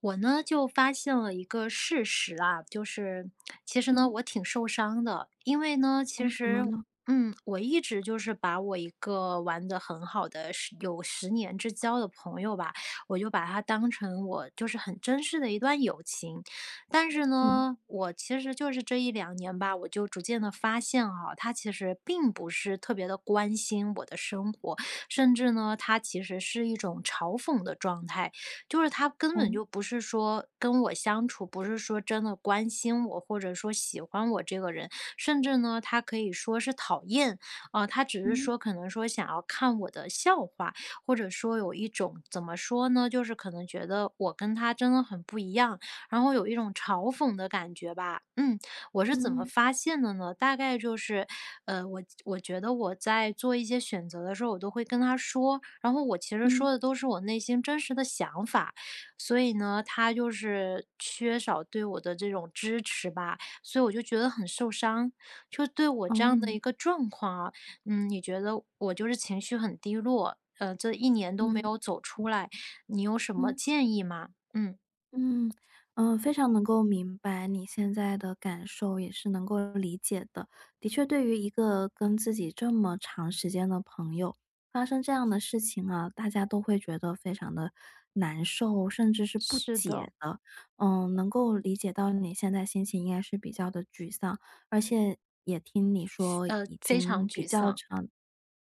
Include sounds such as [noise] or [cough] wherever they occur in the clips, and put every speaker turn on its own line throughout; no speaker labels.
我呢就发现了一个事实啊，就是其实呢
嗯，
我挺受伤的，因为呢其
我怎么
实
了？
我一直就是把我一个玩的很好的十年之交的朋友吧，我就把他当成我就是很珍视的一段友情。但是
嗯。
呢我其实就是这一两年吧，我就逐渐的发现哈，他其实并不是特别的关心我的生活，甚至呢他其实是一种嘲讽的状态。就是他根本
哦。
就不是说跟我相处，不是说真的关心我，或者说喜欢我这个人，甚至呢，他可以说是讨厌。啊，他只是
嗯
说可能说想要看我的笑话，或者说有一种怎么说呢，就是可能觉得我跟他真的很不一样，然后有一种嘲讽的感觉吧。嗯，我是
嗯
怎么
嗯。
发现的呢？大概就是我觉得我在做一些选择的时候，我都会跟他说，然后我其实说
嗯。
的都是我内心真实的想法，所以呢，他就是缺少对我的这种支持吧，所以我就觉得很受伤。就对我这样的
哦。
一个状况啊，嗯，你觉得我就是情绪很低落，这一年都没
嗯
有走出来，你有什么
嗯。
建议吗？嗯，
嗯。嗯，非常能够明白你现在的感受，也是能够理解的。的确，对于一个跟自己这么长时间的朋友，发生这样的事情啊，大家都会觉得非常的难受，甚至是不
是的，
解的。嗯，能够理解到你现在心情应该是比较的沮丧，而且也听你说已
非
经
常
比
沮
较
丧。
长，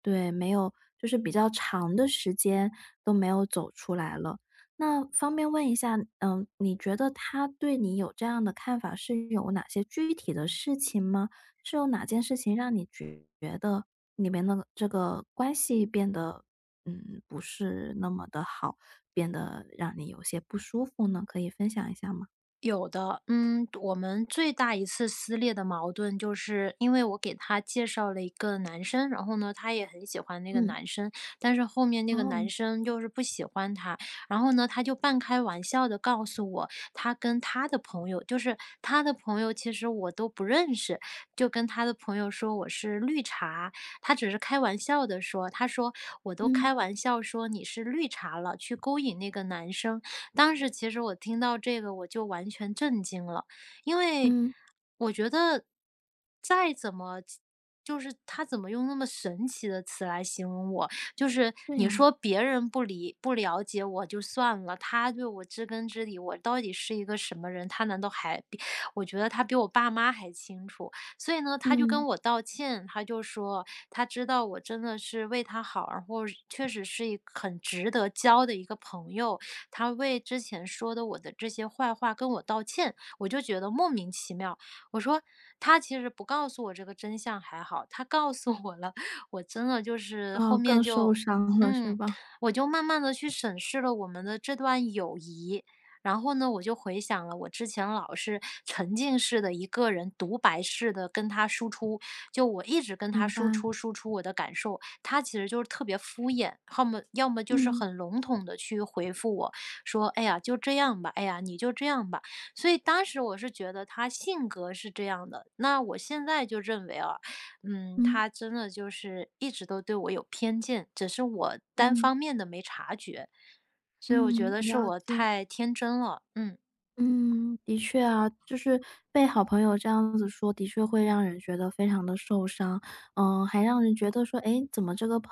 对，没有，就是比较长的时间都没有走出来了。那方便问一下，你觉得他对你有这样的看法，是有哪些具体的事情吗？是有哪件事情让你觉得你们的这个关系变得，不是那么的好，变得让你有些不舒服呢？可以分享一下吗？
有的，嗯，我们最大一次撕裂的矛盾，就是因为我给他介绍了一个男生，然后呢，他也很喜欢那个
嗯。
男生，但是后面那个
哦。
男生就是不喜欢他。然后呢，他就半开玩笑的告诉我，他跟他的朋友，就是他的朋友，其实我都不认识，就跟他的朋友说我是绿茶。他只是开玩笑的说，他说我都
嗯。
开玩笑说你是绿茶了，去勾引那个男生。当时其实我听到这个我就完全震惊了，因为
嗯。
我觉得再怎么，就是他怎么用那么神奇的词来形容我。就是
是
你
呀。
说别人不了解我就算了，他对我知根知底，我到底是一个什么人，他难道还比，我觉得他比我爸妈还清楚。所以呢，他就
嗯。
跟我道歉，他就说他知道我真的是为他好，然后确实是一个很值得交的一个朋友。他为之前说的我的这些坏话跟我道歉，我就觉得莫名其妙。我说他其实不告诉我这个真相还好，他告诉我了，我真的就是
哦，
后面
更受
就，
伤了是
嗯，
吧？
我就慢慢的去审视了我们的这段友谊。然后呢，我就回想了我之前老是沉浸式的一个人独白式的跟他输出，就我一直跟他
明白。
输出输出我的感受，他其实就是特别敷衍，要么就是
嗯。
很笼统的去回复我，说：“哎呀，就这样吧，哎呀，你就这样吧。”所以当时我是觉得他性格是这样的，那我现在就认为啊，嗯，
嗯
他真的就是一直都对我有偏见，只是我单
嗯
方面的没察觉，所以我觉
嗯。
得是
了
我
解。
太天真了。嗯。
嗯，的确啊，就是被好朋友这样子说，的确会让人觉得非常的受伤，嗯，还让人觉得说，诶，怎么这个朋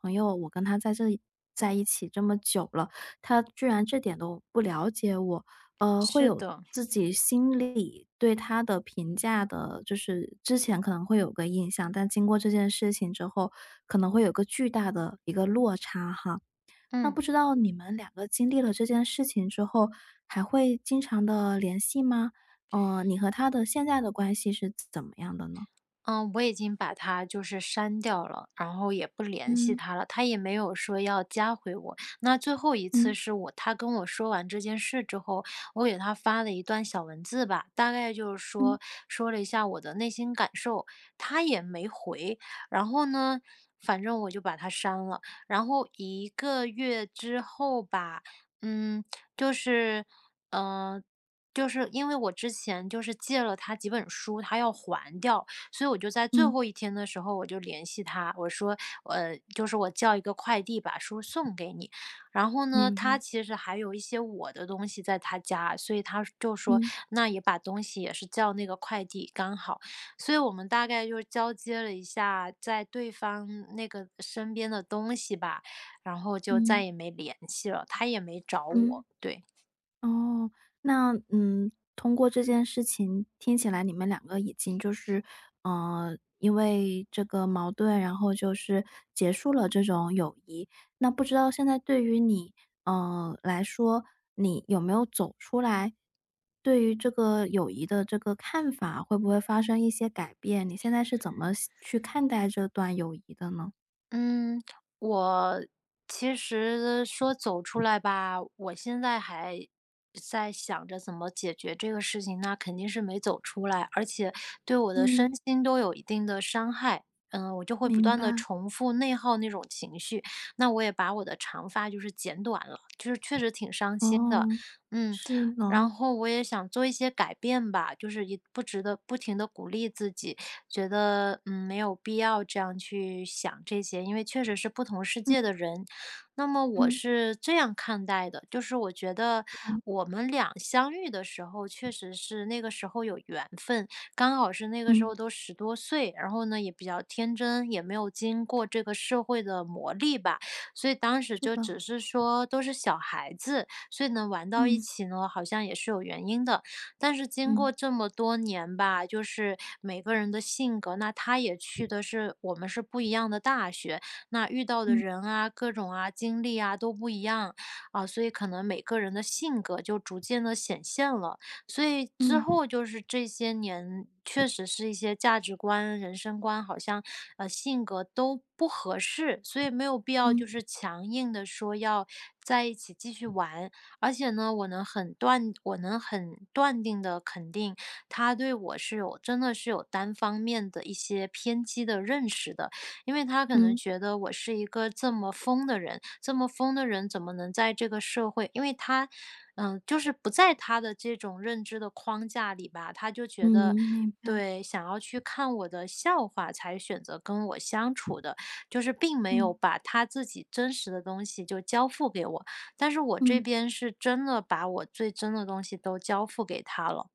朋友，我跟他在这里在一起这么久了，他居然这点都不了解我，会
是
有
的。
自己心里对他的评价的，就是之前可能会有个印象，但经过这件事情之后，可能会有个巨大的一个落差哈。那
嗯。
不知道你们两个经历了这件事情之后，还会经常的联系吗？你和他的现在的关系是怎么样的呢？
嗯，我已经把他就是删掉了，然后也不联系
嗯
他了，他也没有说要加回我。那最后一次
嗯
是我他跟我说完这件事之后，我给他发了一段小文字吧，大概就是
嗯
说说了一下我的内心感受，他也没回。然后呢，反正我就把他删了。然后一个月之后吧，嗯，就是，嗯、就是因为我之前就是借了他几本书，他要还掉，所以我就在最
嗯。
后一天的时候，我就联系他，我说，就是我叫一个快递把书送给你。然后呢，
明
他
白。
其实还有一些我的东西在他家，所以他就说，
嗯
那也把东西也是叫那个快递刚好。所以我们大概就是交接了一下在对方那个身边的东西吧，然后就
嗯
再也没联系了，他也没找
嗯。
我。对。
哦。那通过这件事情听起来，你们两个已经就是，因为这个矛盾，然后就是结束了这种友谊。那不知道现在对于你，来说，你有没有走出来？对于这个友谊的这个看法，会不会发生一些改变？你现在是怎么想去看待这段友谊的呢？
嗯，我其实说走出来吧，我现在还在想着怎么解决这个事情，那肯定是没走出来，而且对我的身
嗯，
心都有一定的伤害。嗯，我就会不
明
断的
白。
重复内耗那种情绪，那我也把我的长发就是剪短了，就是确实挺伤心的。
哦。
嗯，
是
然
的。
后我也想做一些改变吧，就是也不值得不停的鼓励自己，觉得，嗯，没有必要这样去想这些，因为确实是不同世
嗯
界的人。那么我
嗯
是这样看待的，就是我觉得
嗯。
我们俩相遇的时候，确实是那个时候有缘分，刚好是那个时候
嗯，
都十多岁，然后呢，也比较天真，也没有经过这个社会的磨砺吧，所以当时
是
就
的。
只是说都是小孩子，所以呢，玩到一
嗯
起呢，好像也是有原因的。但是经过
嗯
这么多年吧，就是每个人的性格，那他也去的是我们是不一样的大学，那遇到的
嗯
人啊，各种啊经历啊都不一样啊，所以可能每个人的性格就逐渐的显现了。所以之
嗯
后就是这些年，确实是一些价值观、人生观，好像性格都不合适，所以没有必要
嗯
就是强硬的说要在一起继续玩。而且呢，我能很断定的肯定，他对我是有真的是有单方面的一些偏激的认识的。因为他可能
嗯
觉得我是一个这么疯的人，这么疯的人怎么能在这个社会因为他，嗯，就是不在他的这种认知的框架里吧，他就觉得
嗯。明白。
对，想要去看我的笑话才选择跟我相处的，就是并没有
嗯
把他自己真实的东西就交付给我。但是我这
嗯。
边是真的把我最真的东西都交付给他了。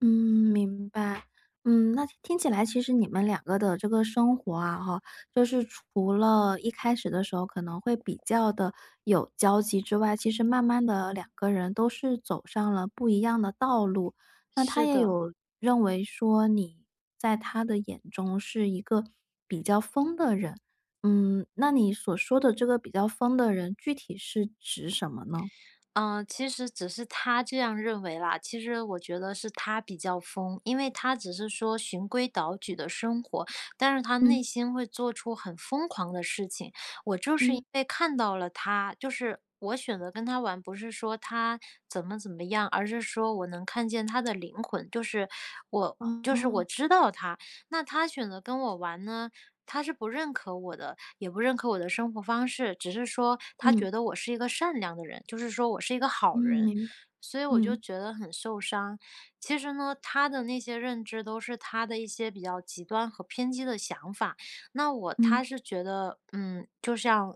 嗯，明白。嗯，那听起来其实你们两个的这个生活啊，哈，就是除了一开始的时候可能会比较的有交集之外，其实慢慢的两个人都是走上了不一样的道路。那他
是
也
的，
有认为说你在他的眼中是一个比较疯的人，嗯，那你所说的这个比较疯的人，具体是指什么呢？
嗯，其实只是他这样认为啦。其实我觉得是他比较疯，因为他只是说循规蹈矩的生活，但是他内
嗯
心会做出很疯狂的事情。我就是因
嗯。
为看到了他，就是我选择跟他玩，不是说他怎么怎么样，而是说我能看见他的灵魂，就是我。就是我
哦。
知道他，那他选择跟我玩呢，他是不认可我的，也不认可我的生活方式，只是说他
嗯。
觉得我是一个善良的人，就是说我是一个
嗯。
好人，
明白。
所以我就
嗯。
觉得很受伤。其实呢，他的那些认知都是他的一些比较极端和偏激的想法。那我他
嗯。
是觉得，嗯，就像，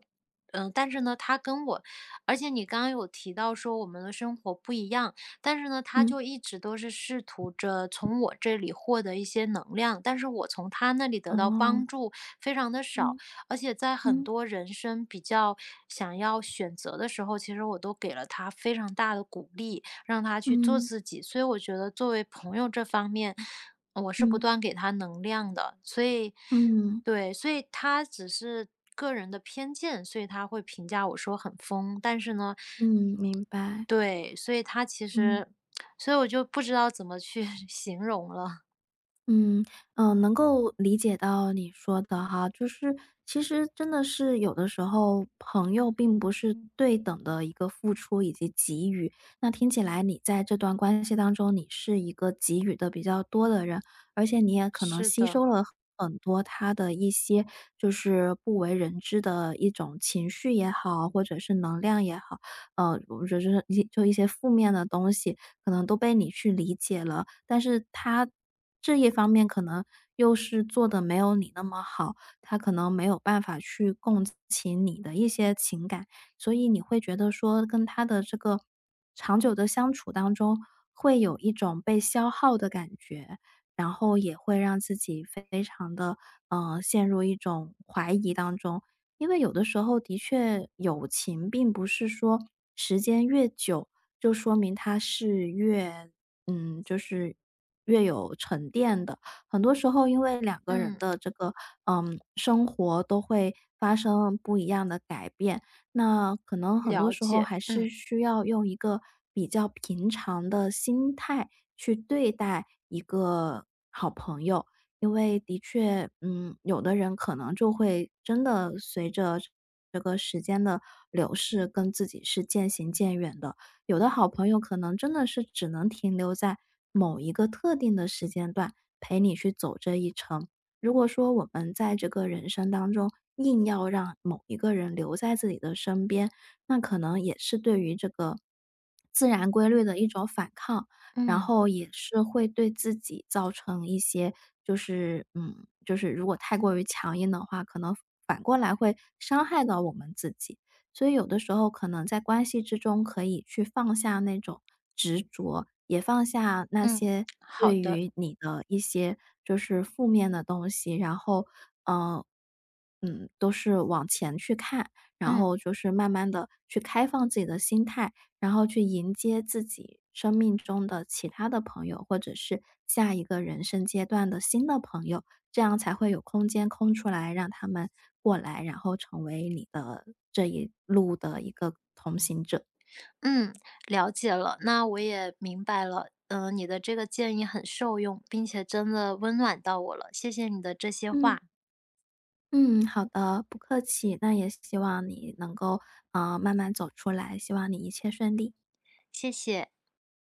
嗯，但是呢，他跟我，而且你刚刚有提到说我们的生活不一样。但是呢，他
嗯。
就一直都是试图着从我这里获得一些能量，但是我从他那里得到
哦。
帮助非常的少，
嗯。
而且在很
嗯。
多人生比较想要选择的时候，其实我都给了他非常大的鼓励，让他去做
嗯。
自己。所以我觉得作为朋友这方面，我是不
嗯。
断给他能量的，所以
嗯。嗯。
对，所以他只是个人的偏见，所以他会评价我说很疯，但是呢，
嗯明白。
对，所以他其
嗯。
实，所以我就不知道怎么去 [laughs] 形容了。
嗯嗯，能够理解到你说的哈，就是其实真的是有的时候朋友并不是对等的一个付出以及给予。那听起来你在这段关系当中，你是一个给予的比较多的人，而且你也可能
是
吸
的，
收了很多他的一些就是不为人知的一种情绪也好，或者是能量也好，或者是一些负面的东西。可能都被你去理解了，但是他这一方面可能又是做的没有你那么好，他可能没有办法去共情你的一些情感，所以你会觉得说跟他的这个长久的相处当中，会有一种被消耗的感觉，然后也会让自己非常的陷入一种怀疑当中。因为有的时候的确友情并不是说时间越久，就说明它是越就是越有沉淀的。很多时候因为两个人
嗯，
的这个，嗯，生活都会发生不一样的改变，那可能很多
了
时候
解，
还是
嗯
需要用一个比较平常的心态去对待一个好朋友。因为的确，有的人可能就会真的随着这个时间的流逝，跟自己是渐行渐远的。有的好朋友可能真的是只能停留在某一个特定的时间段，陪你去走这一程。如果说我们在这个人生当中硬要让某一个人留在自己的身边，那可能也是对于这个自然规律的一种反抗。然
嗯
后也是会对自己造成一些就是如果太过于强硬的话，可能反过来会伤害到我们自己。所以有的时候可能在关系之中可以去放下那种执着，也放下那
嗯，
些
好
对
的，
于你的一些就是负面的东西，嗯都是往前去看，然后
嗯
就是慢慢的去开放自己的心态。然后去迎接自己生命中的其他的朋友，或者是下一个人生阶段的新的朋友，这样才会有空间空出来让他们过来，然后成为你的这一路的一个同行者。
嗯，了解了。那我也明白了，嗯，你的这个建议很受用，并且真的温暖到我了。谢谢你的这些
嗯
话，
嗯，好的，不客气。那也希望你能够慢慢走出来，希望你一切顺利。
谢谢。